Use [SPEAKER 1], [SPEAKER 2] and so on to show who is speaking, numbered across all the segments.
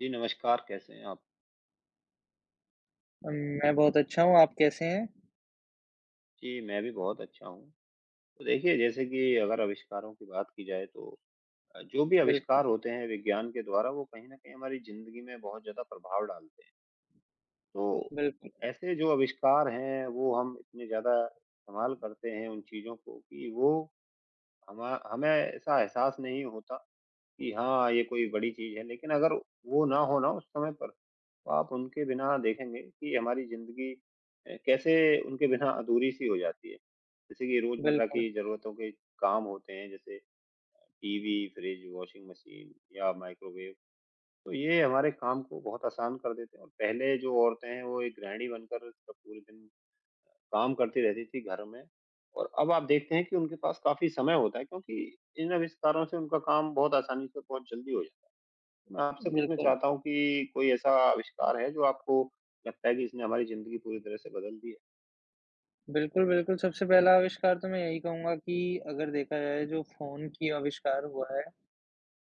[SPEAKER 1] जी, नमस्कार, कैसे हैं आप?
[SPEAKER 2] अम, मैं बहुत अच्छा हूँ, आप कैसे हैं?
[SPEAKER 1] जी, मैं भी बहुत अच्छा हूँ। तो देखिए, जैसे कि अगर आविष्कारों की बात की जाए तो जो भी
[SPEAKER 2] बिल्कुल,
[SPEAKER 1] आविष्कार होते हैं विज्ञान के द्वारा, वो कहीं न कहीं हमारी ज़िंदगी में बहुत ज़्यादा प्रभाव डालते हैं। तो
[SPEAKER 2] बिल्कुल,
[SPEAKER 1] ऐसे जो आविष्कार हैं, वो हम इतने ज़्यादा इस्तेमाल करते हैं उन चीज़ों को कि वो हमा हमें ऐसा एहसास नहीं होता कि हाँ, ये कोई बड़ी चीज़ है, लेकिन अगर वो ना हो ना उस समय पर तो आप उनके बिना देखेंगे कि हमारी ज़िंदगी कैसे उनके बिना अधूरी-सी हो जाती है। जैसे कि रोज़मर्रा
[SPEAKER 2] बिल्कुल,
[SPEAKER 1] की ज़रूरतों के काम होते हैं जैसे टीवी, फ्रिज, वॉशिंग मशीन या माइक्रोवेव, तो ये हमारे काम को बहुत आसान कर देते हैं और पहले जो औरतें हैं वो एक गृहिणी बनकर सब पूरे दिन काम करती रहती थी घर में और अब आप देखते हैं कि उनके पास काफ़ी समय होता है क्योंकि इन आविष्कारों से उनका काम बहुत आसानी से बहुत जल्दी हो जाता है। मैं आपसे पूछना
[SPEAKER 2] बिल्कुल,
[SPEAKER 1] चाहता हूँ कि कोई ऐसा आविष्कार है जो आपको लगता है कि इसने हमारी ज़िंदगी पूरी तरह से बदल दी है?
[SPEAKER 2] बिल्कुल, बिल्कुल, सबसे पहला आविष्कार तो मैं यही कहूँगा कि अगर देखा जाए जो फ़ोन की आविष्कार हुआ है,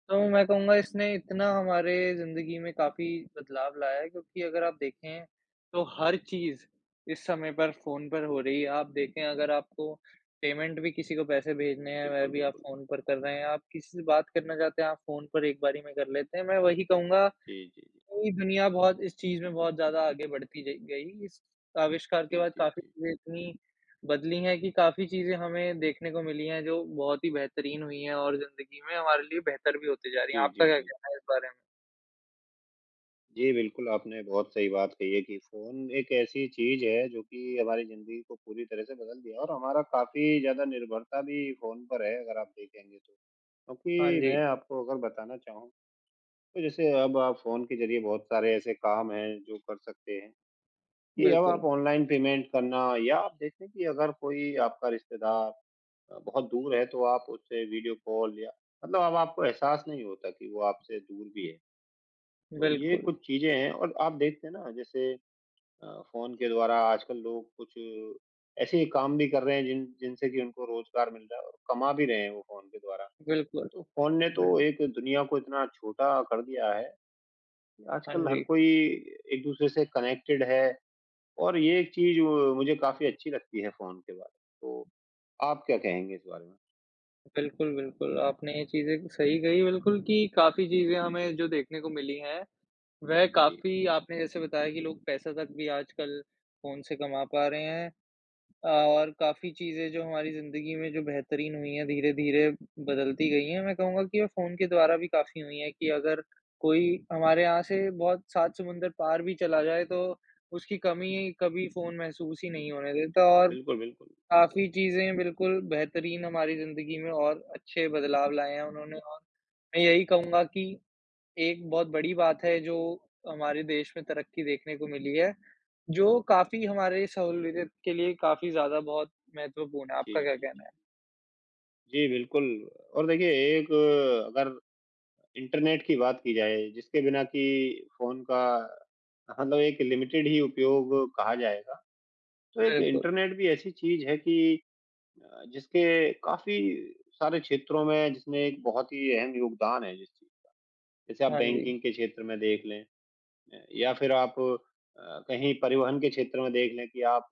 [SPEAKER 2] तो
[SPEAKER 1] जी।
[SPEAKER 2] मैं कहूँगा इसने इतना हमारे ज़िंदगी में काफ़ी बदलाव लाया है क्योंकि अगर आप देखें, तो हर चीज़ इस समय पर फ़ोन पर हो रही है। आप देखें अगर आपको पेमेंट भी किसी को पैसे
[SPEAKER 1] हुँ,
[SPEAKER 2] भेजने हैं, वह
[SPEAKER 1] बिल्कुल,
[SPEAKER 2] भी आप
[SPEAKER 1] बिल्कुल।
[SPEAKER 2] फ़ोन पर कर रहे हैं, आप किसी से बात करना चाहते हैं, आप फ़ोन पर एक बारी में कर लेते हैं। मैं वही कहूँगा
[SPEAKER 1] जी, जी, जी।
[SPEAKER 2] पूरी दुनिया बहुत इस चीज़ में बहुत ज़्यादा आगे बढ़ती ज गई। इस आविष्कार के
[SPEAKER 1] जी,
[SPEAKER 2] बाद
[SPEAKER 1] जी,
[SPEAKER 2] काफ़ी
[SPEAKER 1] जी।
[SPEAKER 2] चीज़ें इतनी बदली हैं कि काफ़ी चीज़ें हमें देखने को मिली हैं जो बहुत ही बेहतरीन हुई हैं और ज़िंदगी में हमारे लिए बेहतर भी होती जा रही हैं।
[SPEAKER 1] जी,
[SPEAKER 2] आपका
[SPEAKER 1] जी,
[SPEAKER 2] क्या
[SPEAKER 1] जी।
[SPEAKER 2] कहना है इस बारे में?
[SPEAKER 1] जी, बिल्कुल आपने बहुत सही बात कही है कि फ़ोन एक ऐसी चीज़ है जो कि हमारी ज़िंदगी को पूरी तरह से बदल दिया है और हमारा काफ़ी ज़्यादा निर्भरता भी फ़ोन पर है अगर आप देखेंगे तो।
[SPEAKER 2] हाँ
[SPEAKER 1] क्योंकि
[SPEAKER 2] जी,
[SPEAKER 1] मैं आपको अगर बताना चाहूँ तो जैसे अब आप फ़ोन के ज़रिए बहुत सारे ऐसे काम हैं जो कर सकते हैं। कि अब
[SPEAKER 2] बिल्कुल,
[SPEAKER 1] आप ऑनलाइन पेमेंट करना या आप देखें कि अगर कोई आपका रिश्तेदार बहुत दूर है तो आप उससे वीडियो कॉल या मतलब अब आपको एहसास नहीं होता कि वो आपसे दूर भी है। तो ये
[SPEAKER 2] बिल्कुल,
[SPEAKER 1] कुछ चीज़ें हैं और आप देखते हैं ना जैसे फ़ोन के द्वारा आजकल लोग कुछ ऐसे काम भी कर रहे हैं जिनसे कि उनको रोज़गार मिल रहा है और कमा भी रहे हैं वो फ़ोन के द्वारा।
[SPEAKER 2] बिल्कुल,
[SPEAKER 1] तो फ़ोन ने तो
[SPEAKER 2] बिल
[SPEAKER 1] एक दुनिया को इतना छोटा कर दिया है कि
[SPEAKER 2] हाँ
[SPEAKER 1] आजकल हर
[SPEAKER 2] जी।
[SPEAKER 1] कोई एक-दूसरे से कनेक्टेड है। और ये एक चीज़ मुझे काफ़ी अच्छी लगती है फ़ोन के बारे में, तो आप क्या कहेंगे इस बारे में?
[SPEAKER 2] बिल्कुल, बिल्कुल, आपने ये चीज़ें सही कही बिल्कुल कि काफ़ी चीज़ें हमें जो देखने को मिली हैं, वह
[SPEAKER 1] जी।
[SPEAKER 2] काफ़ी आपने जैसे बताया कि लोग पैसा तक भी आजकल फ़ोन से कमा पा रहे हैं। और काफ़ी चीज़ें जो हमारी ज़िंदगी में जो बेहतरीन हुई हैं, धीरे-धीरे बदलती गई हैं। मैं कहूँगा कि ये फ़ोन के द्वारा भी काफ़ी हुई हैं कि अगर कोई हमारे यहाँ से बहुत सात समुंदर पार भी चला जाए, तो उसकी कमी कभी फ़ोन महसूस ही नहीं होने देता और
[SPEAKER 1] बिल्कुल, बिल्कुल।
[SPEAKER 2] काफ़ी चीज़ें बिल्कुल बेहतरीन हमारी ज़िंदगी में और अच्छे बदलाव लाए हैं उन्होंने और मैं यही कहूँगा कि एक बहुत बड़ी बात है जो हमारे देश में तरक्की देखने को मिली है, जो काफ़ी हमारे सहूलियत के लिए काफ़ी ज़्यादा बहुत महत्वपूर्ण है।
[SPEAKER 1] जी,
[SPEAKER 2] आपका क्या
[SPEAKER 1] जी, जी।
[SPEAKER 2] कहना है?
[SPEAKER 1] जी, बिल्कुल और देखिए एक अगर इंटरनेट की बात की जाए जिसके बिना कि फ़ोन का मतलब एक लिमिटेड ही उपयोग कहा जाएगा, तो एक
[SPEAKER 2] बिल्कुल,
[SPEAKER 1] इंटरनेट भी ऐसी चीज़ है कि जिसके काफ़ी सारे क्षेत्रों में जिसमें एक बहुत ही अहम योगदान है जिस चीज़ जैसे आप
[SPEAKER 2] हाँ जी।
[SPEAKER 1] बैंकिंग के क्षेत्र में देख लें। या फिर आप कहीं परिवहन के क्षेत्र में देख लें कि आप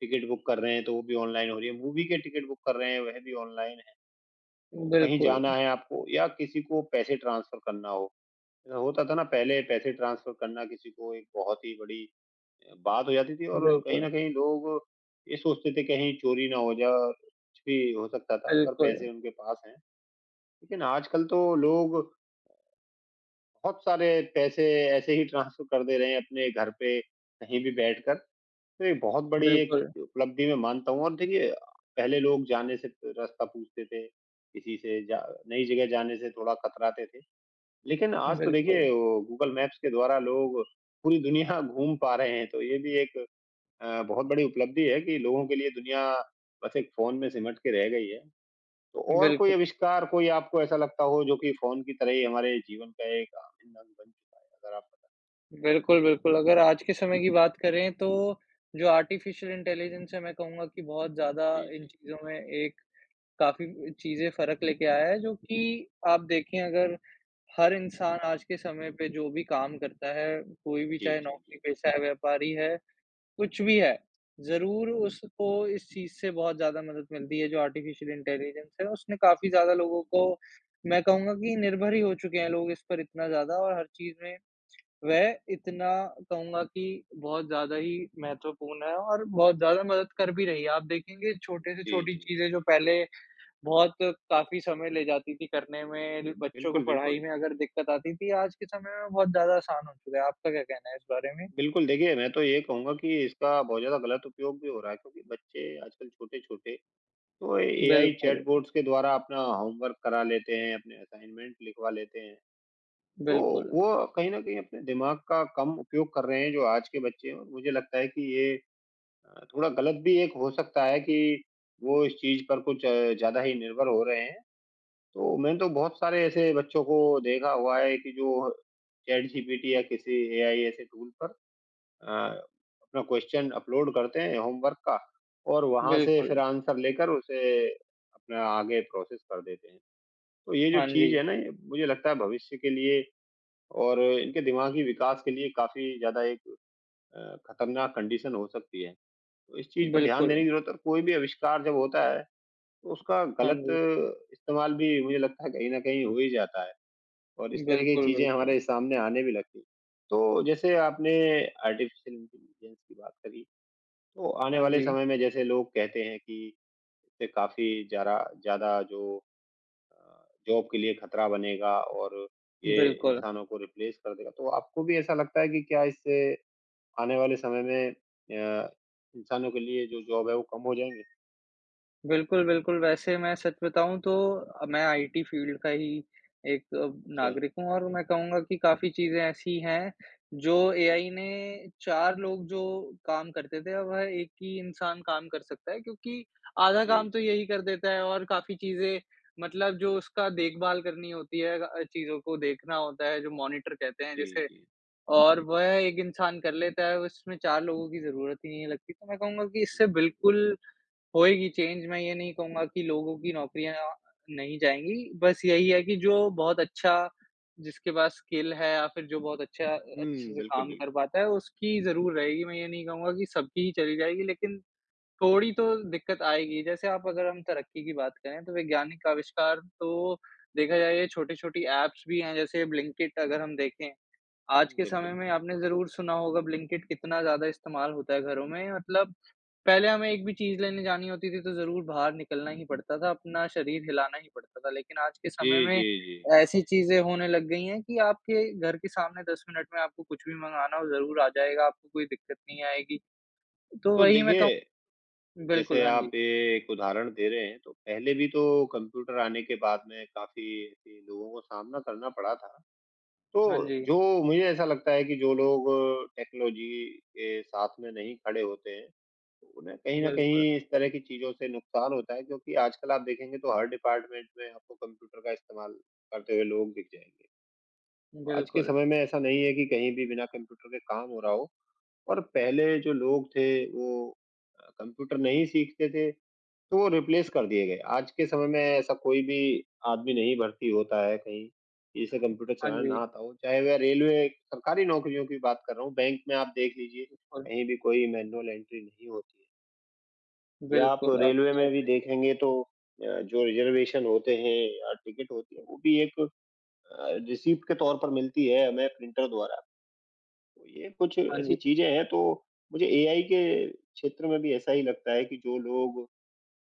[SPEAKER 1] टिकट बुक कर रहे हैं तो वो भी ऑनलाइन हो रही है, मूवी के टिकट बुक कर रहे हैं वह भी ऑनलाइन है। तो कहीं
[SPEAKER 2] बिल्कुल,
[SPEAKER 1] जाना है आपको या किसी को पैसे ट्रांसफर करना हो, होता था ना पहले पैसे ट्रांसफर करना किसी को एक बहुत ही बड़ी बात हो जाती थी और कहीं
[SPEAKER 2] बिल्कुल,
[SPEAKER 1] न कहीं लोग ये सोचते थे कहीं चोरी ना हो जाए और कुछ भी हो सकता था अगर
[SPEAKER 2] बिल्कुल,
[SPEAKER 1] पैसे उनके पास हैं। लेकिन आजकल तो लोग बहुत सारे पैसे ऐसे ही ट्रांसफर कर दे रहे हैं अपने घर पे कहीं भी बैठकर। नहीं, बहुत बड़ी एक
[SPEAKER 2] बिल्कुल,
[SPEAKER 1] उपलब्धि मैं मानता हूँ और देखिए पहले लोग जाने से रास्ता पूछते थे, किसी से जा नई जगह जाने से थोड़ा कतराते थे। लेकिन आज तो
[SPEAKER 2] बिल्कुल,
[SPEAKER 1] देखिए वो गूगल मैप्स के द्वारा लोग पूरी दुनिया घूम पा रहे हैं, तो ये भी एक बहुत बड़ी उपलब्धि है कि लोगों के लिए दुनिया बस एक फ़ोन में सिमट के रह गई है। तो
[SPEAKER 2] बिल्कुल,
[SPEAKER 1] कोई आपको ऐसा लगता हो जो कि फ़ोन की तरह ही हमारे जीवन का एक अभिन्न अंग बन चुका है? अगर आप बता
[SPEAKER 2] बिल्कुल, बिल्कुल। अगर आज के समय की बात करें तो जो आर्टिफ़िशियल इंटेलिजेंस है मैं कहूँगा कि बहुत ज़्यादा
[SPEAKER 1] जी,
[SPEAKER 2] इन
[SPEAKER 1] जी।
[SPEAKER 2] चीज़ों में एक काफ़ी चीज़ें फ़र्क लेके आया है, जो कि आप देखें अगर हर इंसान आज के समय पे जो भी काम करता है, कोई भी
[SPEAKER 1] जी,
[SPEAKER 2] चाहे
[SPEAKER 1] जी, जी।
[SPEAKER 2] नौकरी-पेशा है, व्यापारी है, कुछ भी है, ज़रूर उसको इस चीज़ से बहुत ज़्यादा मदद मिलती है, जो आर्टिफ़िशियल इंटेलिजेंस है, उसने काफ़ी ज़्यादा
[SPEAKER 1] हुँ,
[SPEAKER 2] लोगों को
[SPEAKER 1] बिल्कुल।
[SPEAKER 2] मैं कहूँगा कि निर्भर ही हो चुके हैं लोग इस पर इतना ज़्यादा और हर चीज़ में वह इतना कहूँगा कि बहुत ज़्यादा ही महत्वपूर्ण है और बहुत ज़्यादा मदद कर भी रही है। आप देखेंगे
[SPEAKER 1] हुँ,
[SPEAKER 2] छोटे से
[SPEAKER 1] जी,
[SPEAKER 2] छोटी
[SPEAKER 1] जी।
[SPEAKER 2] चीज़ें जो पहले बहुत काफ़ी समय ले जाती थी करने में, बच्चों को
[SPEAKER 1] बिल्कुल,
[SPEAKER 2] पढ़ाई
[SPEAKER 1] बिल्कुल।
[SPEAKER 2] में अगर दिक्कत आती थी, आज के समय में बहुत ज़्यादा आसान हो चुका है। आपका क्या कहना है इस बारे में?
[SPEAKER 1] बिल्कुल, देखिए मैं तो ये कहूँगा कि इसका बहुत ज़्यादा गलत उपयोग भी हो रहा है क्योंकि बच्चे आजकल छोटे-छोटे तो एआई
[SPEAKER 2] बिल्कुल,
[SPEAKER 1] चैटबॉट्स के द्वारा अपना होमवर्क करा लेते हैं, अपने असाइनमेंट लिखवा लेते हैं। तो
[SPEAKER 2] बिल्कुल,
[SPEAKER 1] वो कहीं न कहीं अपने दिमाग का कम उपयोग कर रहे हैं जो आज के बच्चे हैं और मुझे लगता है कि ये थोड़ा गलत भी एक हो सकता है कि वो इस चीज़ पर कुछ ज़्यादा ही निर्भर हो रहे हैं। तो मैंने तो बहुत सारे ऐसे बच्चों को देखा हुआ है कि जो चैटजीपीटी या किसी एआई ऐसे टूल पर अ, अपना क्वेश्चन अपलोड करते हैं होमवर्क का और वहाँ से
[SPEAKER 2] बिल्कुल।
[SPEAKER 1] फिर आंसर लेकर उसे अपना आगे प्रोसेस कर देते हैं। तो ये जो
[SPEAKER 2] हाँ जी,
[SPEAKER 1] चीज़ है ना ये मुझे लगता है भविष्य के लिए और इनके दिमागी विकास के लिए काफ़ी ज़्यादा एक खतरनाक कंडीशन हो सकती है। तो इस चीज़ पर ध्यान
[SPEAKER 2] बिल्कुल।
[SPEAKER 1] देने की ज़रूरत है और कोई भी आविष्कार जब होता है तो उसका
[SPEAKER 2] हाँ
[SPEAKER 1] गलत
[SPEAKER 2] जी।
[SPEAKER 1] इस्तेमाल भी मुझे लगता है कहीं न कहीं हो ही जाता है और इस तरह की
[SPEAKER 2] बिल्कुल,
[SPEAKER 1] चीज़ें
[SPEAKER 2] बिल्कुल।
[SPEAKER 1] हमारे सामने आने भी लगती हैं। तो जैसे आपने आर्टिफ़िशियल इंटेलिजेंस की बात करी तो आने
[SPEAKER 2] हाँ
[SPEAKER 1] वाले
[SPEAKER 2] जी,
[SPEAKER 1] समय में जैसे लोग कहते हैं कि इससे काफ़ी ज़रा ज़्यादा जो अ, जॉब के लिए खतरा बनेगा और ये
[SPEAKER 2] बिल्कुल।
[SPEAKER 1] इंसानों को रिप्लेस कर देगा। तो आपको भी ऐसा लगता है कि क्या इससे आने वाले समय में इंसानों के लिए जो जॉब है वो कम हो जाएँगे?
[SPEAKER 2] बिल्कुल, बिल्कुल, वैसे मैं सच बताऊँ तो मैं आईटी फ़ील्ड का ही एक
[SPEAKER 1] अच्छा।
[SPEAKER 2] नागरिक हूँ और मैं कहूँगा कि काफ़ी चीज़ें ऐसी हैं, जो एआई ने 4 लोग जो काम करते थे, अब वह एक ही इंसान काम कर सकता है क्योंकि आधा
[SPEAKER 1] जी,
[SPEAKER 2] काम तो
[SPEAKER 1] जी।
[SPEAKER 2] यही कर देता है और काफ़ी चीज़ें मतलब जो उसका देखभाल करनी होती है चीज़ों को देखना होता है, जो मॉनिटर कहते हैं
[SPEAKER 1] जी,
[SPEAKER 2] जिसे
[SPEAKER 1] जी।
[SPEAKER 2] और वह एक इंसान कर लेता है, उसमें 4 लोगों की ज़रूरत ही नहीं लगती। तो मैं कहूँगा कि इससे
[SPEAKER 1] हुँ, बिल्कुल।
[SPEAKER 2] बिल्कुल होएगी चेंज मैं ये नहीं कहूँगा कि लोगों की नौकरियाँ नहीं जाएँगी, बस यही है कि जो बहुत अच्छा जिसके पास स्किल है या फिर जो बहुत अच्छे
[SPEAKER 1] हुँ,
[SPEAKER 2] से
[SPEAKER 1] बिल्कुल,
[SPEAKER 2] काम कर
[SPEAKER 1] बिल्कुल।
[SPEAKER 2] पाता है उसकी ज़रूर रहेगी। मैं ये नहीं कहूँगा कि सबकी ही चली जाएगी लेकिन थोड़ी तो दिक्कत आएगी। जैसे आप अगर हम तरक्की की बात करें तो वैज्ञानिक आविष्कार तो देखा जाए ये छोटी-छोटी ऐप्स भी हैं जैसे ब्लिंकिट अगर हम देखें आज
[SPEAKER 1] हुँ,
[SPEAKER 2] के
[SPEAKER 1] बिल्कुल,
[SPEAKER 2] समय
[SPEAKER 1] बिल्कुल।
[SPEAKER 2] में आपने ज़रूर सुना होगा ब्लिंकिट कितना ज़्यादा इस्तेमाल होता है घरों में मतलब पहले हमें एक भी चीज़ लेने जानी होती थी तो ज़रूर बाहर निकलना ही पड़ता था, अपना शरीर हिलाना ही पड़ता था। लेकिन आज के
[SPEAKER 1] जी,
[SPEAKER 2] समय में
[SPEAKER 1] जी, जी।
[SPEAKER 2] ऐसी चीज़ें होने लग गई हैं कि आपके घर के सामने 10 मिनट में आपको कुछ भी मँगाना हो ज़रूर आ जाएगा, आपको कोई दिक्कत नहीं आएगी। तो
[SPEAKER 1] तो
[SPEAKER 2] वही मैं
[SPEAKER 1] देखिए
[SPEAKER 2] कहूँ बिल्कुल,
[SPEAKER 1] जैसे
[SPEAKER 2] हाँ जी।
[SPEAKER 1] आप ये एक उदाहरण दे रहे हैं, तो पहले भी तो कंप्यूटर आने के बाद में काफ़ी ऐसे लोगों को सामना करना पड़ा था। तो
[SPEAKER 2] हाँ जी,
[SPEAKER 1] जो मुझे ऐसा लगता है कि जो लोग टेक्नोलॉजी के साथ में नहीं खड़े होते हैं, तो उन्हें कहीं न
[SPEAKER 2] बिल्कुल,
[SPEAKER 1] कहीं इस तरह की चीज़ों से नुकसान होता है क्योंकि आजकल आप देखेंगे तो हर डिपार्टमेंट में आपको कंप्यूटर का इस्तेमाल करते हुए लोग दिख जाएँगे। तो आज के
[SPEAKER 2] बिल्कुल।
[SPEAKER 1] समय में ऐसा नहीं है कि कहीं भी बिना कंप्यूटर के काम हो रहा हो और पहले जो लोग थे वो कंप्यूटर नहीं सीखते थे तो वो रिप्लेस कर दिए गए। आज के समय में ऐसा कोई भी आदमी नहीं भर्ती होता है कहीं, जिसे कंप्यूटर
[SPEAKER 2] हाँ
[SPEAKER 1] चलाना ना
[SPEAKER 2] जी,
[SPEAKER 1] आता हो। चाहे वह रेलवे सरकारी नौकरियों की बात कर रहा हूँ, बैंक में आप देख लीजिए,
[SPEAKER 2] बिल्कुल,
[SPEAKER 1] कहीं भी कोई मैनुअल एंट्री नहीं होती है। या आप
[SPEAKER 2] बिल्कुल
[SPEAKER 1] रेलवे
[SPEAKER 2] आपने
[SPEAKER 1] में भी देखेंगे तो जो रिज़र्वेशन होते हैं या टिकट होती है, वो भी एक रिसीप्ट के तौर पर मिलती है हमें प्रिंटर द्वारा। तो ये कुछ
[SPEAKER 2] हाँ जी,
[SPEAKER 1] ऐसी चीज़ें हैं, तो मुझे एआई के क्षेत्र में भी ऐसा ही लगता है कि जो लोग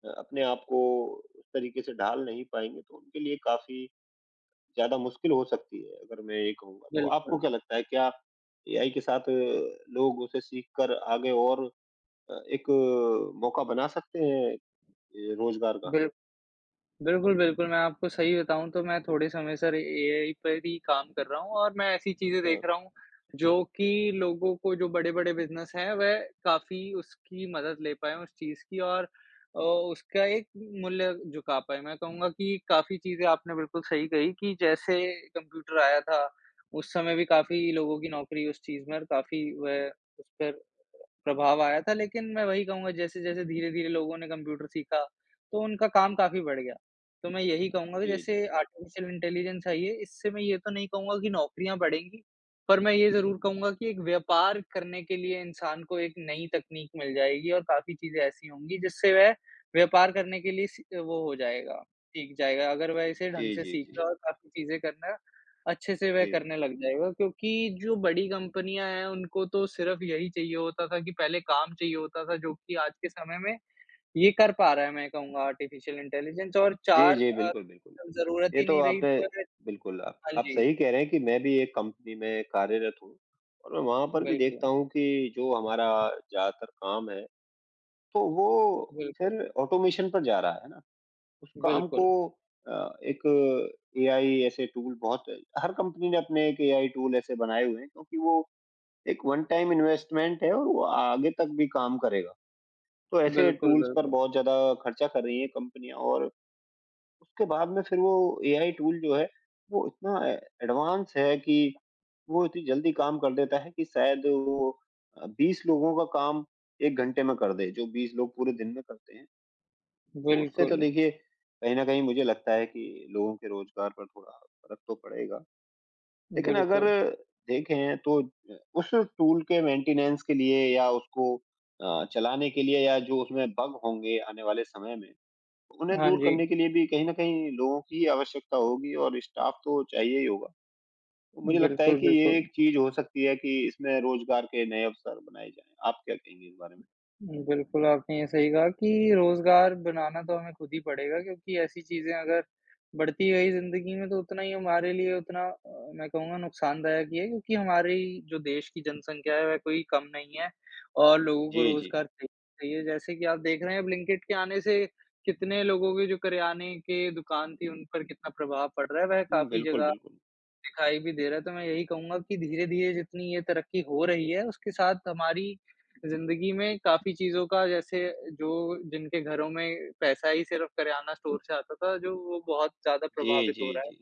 [SPEAKER 1] अपने आप को उस तरीके से ढाल नहीं पाएँगे तो उनके लिए काफ़ी ज़्यादा मुश्किल हो सकती है, अगर मैं ये कहूँगा। तो आपको
[SPEAKER 2] बिल्कुल,
[SPEAKER 1] क्या लगता है क्या एआई के साथ लोग उसे सीख कर आगे और एक मौका बना सकते हैं रोज़गार का?
[SPEAKER 2] बिल्कुल। बिल्कुल, बिल्कुल, मैं आपको सही बताऊँ तो मैं थोड़े समय से र एआई पर ही काम कर रहा हूँ और मैं ऐसी चीज़ें
[SPEAKER 1] अच्छा।
[SPEAKER 2] देख रहा हूँ, जो कि लोगों को जो बड़े-बड़े बिज़नेस हैं, वह काफ़ी उसकी मदद ले पाएँ उस चीज़ की और उसका एक मूल्य झुका पाएँ। मैं कहूँगा कि काफ़ी चीज़ें आपने बिल्कुल सही कही कि जैसे कंप्यूटर आया था, उस समय भी
[SPEAKER 1] हुँ।
[SPEAKER 2] काफ़ी लोगों की नौकरी उस चीज़ में और काफ़ी वह उस पर प्रभाव आया था। लेकिन मैं वही कहूँगा जैसे-जैसे धीरे-धीरे लोगों ने कंप्यूटर सीखा, तो उनका काम काफ़ी बढ़ गया। तो मैं यही कहूँगा कि
[SPEAKER 1] जी, जी।
[SPEAKER 2] जैसे आर्टिफ़िशियल इंटेलिजेंस आई है, इससे मैं ये तो नहीं कहूँगा कि नौकरियाँ बढ़ेंगी, पर मैं ये ज़रूर कहूँगा कि एक व्यापार करने के लिए इंसान को एक नई तकनीक मिल जाएगी और काफ़ी चीज़ें ऐसी होंगी जिससे वह व्यापार करने के लिए सी वो हो जाएगा, सीख जाएगा। अगर वह इसे ढंग
[SPEAKER 1] जी,
[SPEAKER 2] से
[SPEAKER 1] जी,
[SPEAKER 2] सीखा
[SPEAKER 1] जी।
[SPEAKER 2] और काफ़ी चीज़ें करना अच्छे से वह
[SPEAKER 1] जी।
[SPEAKER 2] करने लग जाएगा क्योंकि जो बड़ी कंपनियाँ हैं, उनको तो सिर्फ़ यही चाहिए होता था कि पहले काम चाहिए होता था, जो कि आज के समय में ये कर पा रहा है मैं कहूँगा आर्टिफ़िशियल इंटेलिजेंस और
[SPEAKER 1] जी,
[SPEAKER 2] 4
[SPEAKER 1] जी, बिल्कुल, बिल्कुल।
[SPEAKER 2] ज़रूरत
[SPEAKER 1] ये
[SPEAKER 2] ही
[SPEAKER 1] तो
[SPEAKER 2] नहीं रही
[SPEAKER 1] आपने
[SPEAKER 2] तो है
[SPEAKER 1] बिल्कुल
[SPEAKER 2] हाँ
[SPEAKER 1] आप
[SPEAKER 2] जी,
[SPEAKER 1] सही कह रहे हैं कि मैं भी एक कंपनी में कार्यरत हूँ और मैं वहाँ पर भी
[SPEAKER 2] बिल्कुल,
[SPEAKER 1] देखता हूँ कि जो हमारा ज़्यादातर काम है तो वो
[SPEAKER 2] बिल्कुल,
[SPEAKER 1] फिर ऑटोमेशन पर जा रहा है ना, उस काम को
[SPEAKER 2] बिल्कुल,
[SPEAKER 1] अ, एक एआई ऐसे टूल बहुत हर कंपनी ने अपने एक एआई टूल ऐसे बनाए हुए हैं क्योंकि वो एक वन टाइम इन्वेस्टमेंट है और वो आगे तक भी काम करेगा। तो ऐसे
[SPEAKER 2] बिल्कुल,
[SPEAKER 1] टूल्स पर
[SPEAKER 2] बिल्कुल,
[SPEAKER 1] बहुत ज़्यादा खर्चा कर रही हैं कंपनियाँ और उसके बाद में फिर वो एआई टूल जो है, वो इतना ए एडवांस है कि वो इतनी जल्दी काम कर देता है कि शायद वो 20 लोगों का काम 1 घंटे में कर दे, जो 20 लोग पूरे दिन में करते हैं। तो उससे
[SPEAKER 2] बिल्कुल,
[SPEAKER 1] तो देखिए कहीं न कहीं मुझे लगता है कि लोगों के रोज़गार पर थोड़ा फ़र्क तो पड़ेगा। लेकिन अगर
[SPEAKER 2] बिल्कुल।
[SPEAKER 1] देखें तो उस टूल के मेंटेनेंस के लिए या उसको चलाने के लिए या जो उसमें बग होंगे आने वाले समय में, उन्हें
[SPEAKER 2] हाँ
[SPEAKER 1] दूर
[SPEAKER 2] जी,
[SPEAKER 1] करने के लिए भी कहीं न कहीं लोगों की आवश्यकता होगी और स्टाफ़ तो चाहिए ही होगा। तो मुझे लगता है
[SPEAKER 2] बिल्कुल,
[SPEAKER 1] कि ये
[SPEAKER 2] बिल्कुल।
[SPEAKER 1] एक चीज़ हो सकती है कि इसमें रोज़गार के नए अवसर बनाए जाएँ। आप क्या कहेंगे इस बारे में?
[SPEAKER 2] हुँ, बिल्कुल, आपने ये सही कहा कि रोज़गार बनाना तो हमें खुद ही पड़ेगा क्योंकि ऐसी चीज़ें अगर बढ़ती गई ज़िंदगी में तो उतना ही हमारे लिए उतना मैं कहूँगा नुकसानदायक ही है क्योंकि हमारी जो देश की जनसंख्या है वह कोई कम नहीं
[SPEAKER 1] जी।
[SPEAKER 2] है और लोगों को
[SPEAKER 1] जी, जी।
[SPEAKER 2] रोज़गार चाहिए चाहिए। जैसे कि आप देख रहे हैं ब्लिंकिट के आने से कितने लोगों के जो करियाने के दुकान थी उन पर कितना प्रभाव पड़ रहा है, वह
[SPEAKER 1] हुँ,
[SPEAKER 2] काफ़ी
[SPEAKER 1] बिल्कुल,
[SPEAKER 2] जगह
[SPEAKER 1] बिल्कुल।
[SPEAKER 2] दिखाई भी दे रहा है, तो मैं यही कहूँगा कि धीरे-धीरे जितनी ये तरक्की हो रही है, उसके साथ हमारी ज़िंदगी में काफ़ी चीज़ों का जैसे जो जिनके घरों में पैसा ही सिर्फ़ करियाना स्टोर से आता था, जो वो बहुत ज़्यादा
[SPEAKER 1] जी,
[SPEAKER 2] प्रभावित हो
[SPEAKER 1] जी,
[SPEAKER 2] रहा है।
[SPEAKER 1] जी।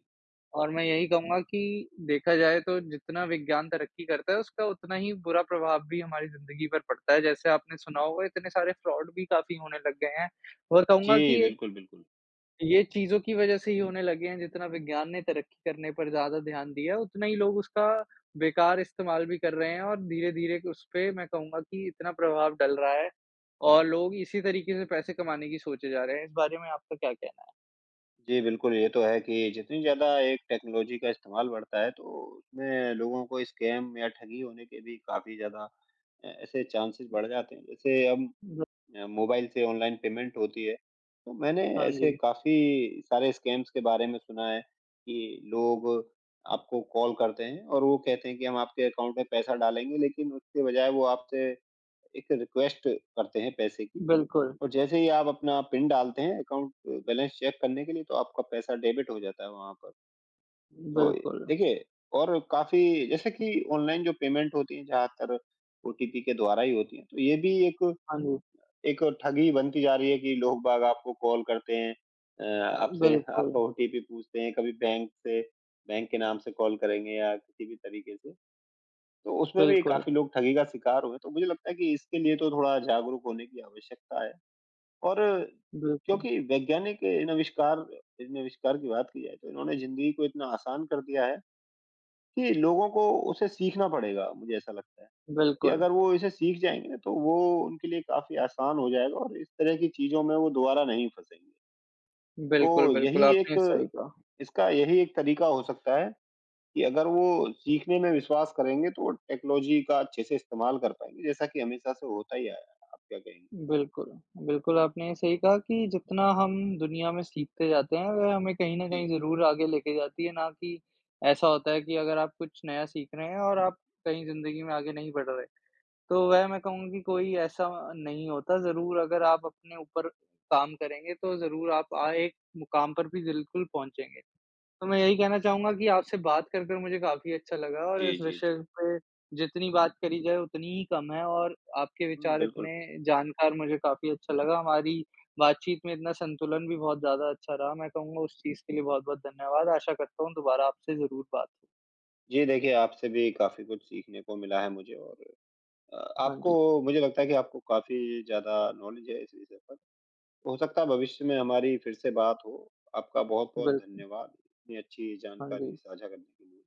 [SPEAKER 2] और मैं यही कहूँगा कि देखा जाए तो जितना विज्ञान तरक्की करता है, उसका उतना ही बुरा प्रभाव भी हमारी ज़िंदगी पर पड़ता है। जैसे आपने सुना होगा इतने सारे फ्रॉड भी काफ़ी होने लग गए हैं। और कहूँगा
[SPEAKER 1] जी,
[SPEAKER 2] कि एक
[SPEAKER 1] बिल्कुल, बिल्कुल।
[SPEAKER 2] ये चीज़ों की वज़ह से ही होने लगे हैं, जितना विज्ञान ने तरक्की करने पर ज़्यादा ध्यान दिया है, उतना ही लोग उसका बेकार इस्तेमाल भी कर रहे हैं और धीरे-धीरे उसपे मैं कहूँगा कि इतना प्रभाव डल रहा है और लोग इसी तरीके से पैसे कमाने की सोचे जा रहे हैं। इस बारे में आपका क्या कहना है?
[SPEAKER 1] जी, बिल्कुल, ये तो है कि जितनी ज़्यादा एक टेक्नोलॉजी का इस्तेमाल बढ़ता है, तो उसमें लोगों को स्कैम या ठगी होने के भी काफ़ी ज़्यादा ऐसे चांसेज़ बढ़ जाते हैं। जैसे अब
[SPEAKER 2] ब
[SPEAKER 1] मोबाइल से ऑनलाइन पेमेंट होती है, तो मैंने
[SPEAKER 2] हाँ
[SPEAKER 1] ऐसे
[SPEAKER 2] जी।
[SPEAKER 1] काफ़ी सारे स्कैम्स के बारे में सुना है कि लोग आपको कॉल करते हैं और वो कहते हैं कि हम आपके अकाउंट में पैसा डालेंगे, लेकिन उसके बजाय वो आपसे एक रिक्वेस्ट करते हैं पैसे की।
[SPEAKER 2] बिल्कुल,
[SPEAKER 1] और जैसे ही आप अपना पिन डालते हैं अकाउंट बैलेंस चेक करने के लिए तो आपका पैसा डेबिट हो जाता है वहाँ पर। तो
[SPEAKER 2] बिल्कुल।
[SPEAKER 1] देखिए और काफ़ी जैसे कि ऑनलाइन जो पेमेंट होती है ज़्यादातर ओटीपी के द्वारा ही होती है। तो ये भी एक
[SPEAKER 2] हाँ जी।
[SPEAKER 1] एक ठगी बनती जा रही है कि लोग बाग आपको कॉल करते हैं अ, आपसे
[SPEAKER 2] बिल्कुल,
[SPEAKER 1] आपका ओटीपी पूछते हैं, कभी बैंक से बैंक के नाम से कॉल करेंगे या किसी भी तरीके से। तो उसमें भी
[SPEAKER 2] बिल्कुल,
[SPEAKER 1] काफ़ी लोग ठगी का शिकार हुए। तो मुझे लगता है कि इसके लिए तो थोड़ा जागरूक होने की आवश्यकता है। और
[SPEAKER 2] बिल्कुल,
[SPEAKER 1] क्योंकि वैज्ञानिक इन आविष्कार की बात की जाए तो इन्होंने ज़िंदगी को इतना आसान कर दिया है कि लोगों को उसे सीखना पड़ेगा, मुझे ऐसा लगता है कि
[SPEAKER 2] बिल्कुल,
[SPEAKER 1] अगर वो इसे सीख जाएँगे ना तो वो उनके लिए काफ़ी आसान हो जाएगा और इस तरह की चीज़ों में वो दोबारा नहीं फँसेंगे। तो
[SPEAKER 2] बिल्कुल, बिल्कुल,
[SPEAKER 1] यही एक
[SPEAKER 2] आपने सही कहा।
[SPEAKER 1] इसका यही एक तरीका हो सकता है कि अगर वो सीखने में विश्वास करेंगे तो वो टेक्नोलॉजी का अच्छे से इस्तेमाल कर पाएँगे, जैसा कि हमेशा से होता ही आया है। आप क्या कहेंगी?
[SPEAKER 2] बिल्कुल, बिल्कुल आपने सही कहा कि जितना हम दुनिया में सीखते जाते हैं वह हमें कहीं न कहीं
[SPEAKER 1] जी।
[SPEAKER 2] ज़रूर आगे लेके जाती है, ना कि ऐसा होता है कि अगर आप कुछ नया सीख रहे हैं और आप कहीं ज़िंदगी में आगे नहीं बढ़ रहे। तो वह मैं कहूँगा कि कोई ऐसा नहीं होता, ज़रूर अगर आप अपने ऊपर काम करेंगे, तो ज़रूर आप एक मुकाम पर भी बिल्कुल पहुँचेंगे। तो मैं यही कहना चाहूँगा कि आपसे बात कर कर मुझे काफ़ी अच्छा लगा और
[SPEAKER 1] जी,
[SPEAKER 2] इस
[SPEAKER 1] जी,
[SPEAKER 2] विषय
[SPEAKER 1] जी।
[SPEAKER 2] पे जितनी बात करी जाए उतनी ही कम है और आपके
[SPEAKER 1] हुँ,
[SPEAKER 2] विचार
[SPEAKER 1] बिल्कुल।
[SPEAKER 2] इतने जानकार मुझे काफ़ी अच्छा लगा। हमारी बातचीत में इतना संतुलन भी बहुत ज़्यादा अच्छा रहा। मैं कहूँगा उस चीज़ के लिए बहुत-बहुत धन्यवाद। आशा करता हूँ दोबारा आपसे ज़रूर बात हो।
[SPEAKER 1] जी, देखिए आपसे भी काफ़ी कुछ सीखने को मिला है मुझे और
[SPEAKER 2] हाँ
[SPEAKER 1] आपको
[SPEAKER 2] जी,
[SPEAKER 1] मुझे लगता है कि आपको काफ़ी ज़्यादा नॉलेज है इस विषय पर। हो सकता है भविष्य में हमारी फिर से बात हो। आपका बहुत-बहुत
[SPEAKER 2] बिल्कुल।
[SPEAKER 1] धन्यवाद, इतनी अच्छी
[SPEAKER 2] हाँ
[SPEAKER 1] जानकारी
[SPEAKER 2] जी।
[SPEAKER 1] साझा करने के लिए।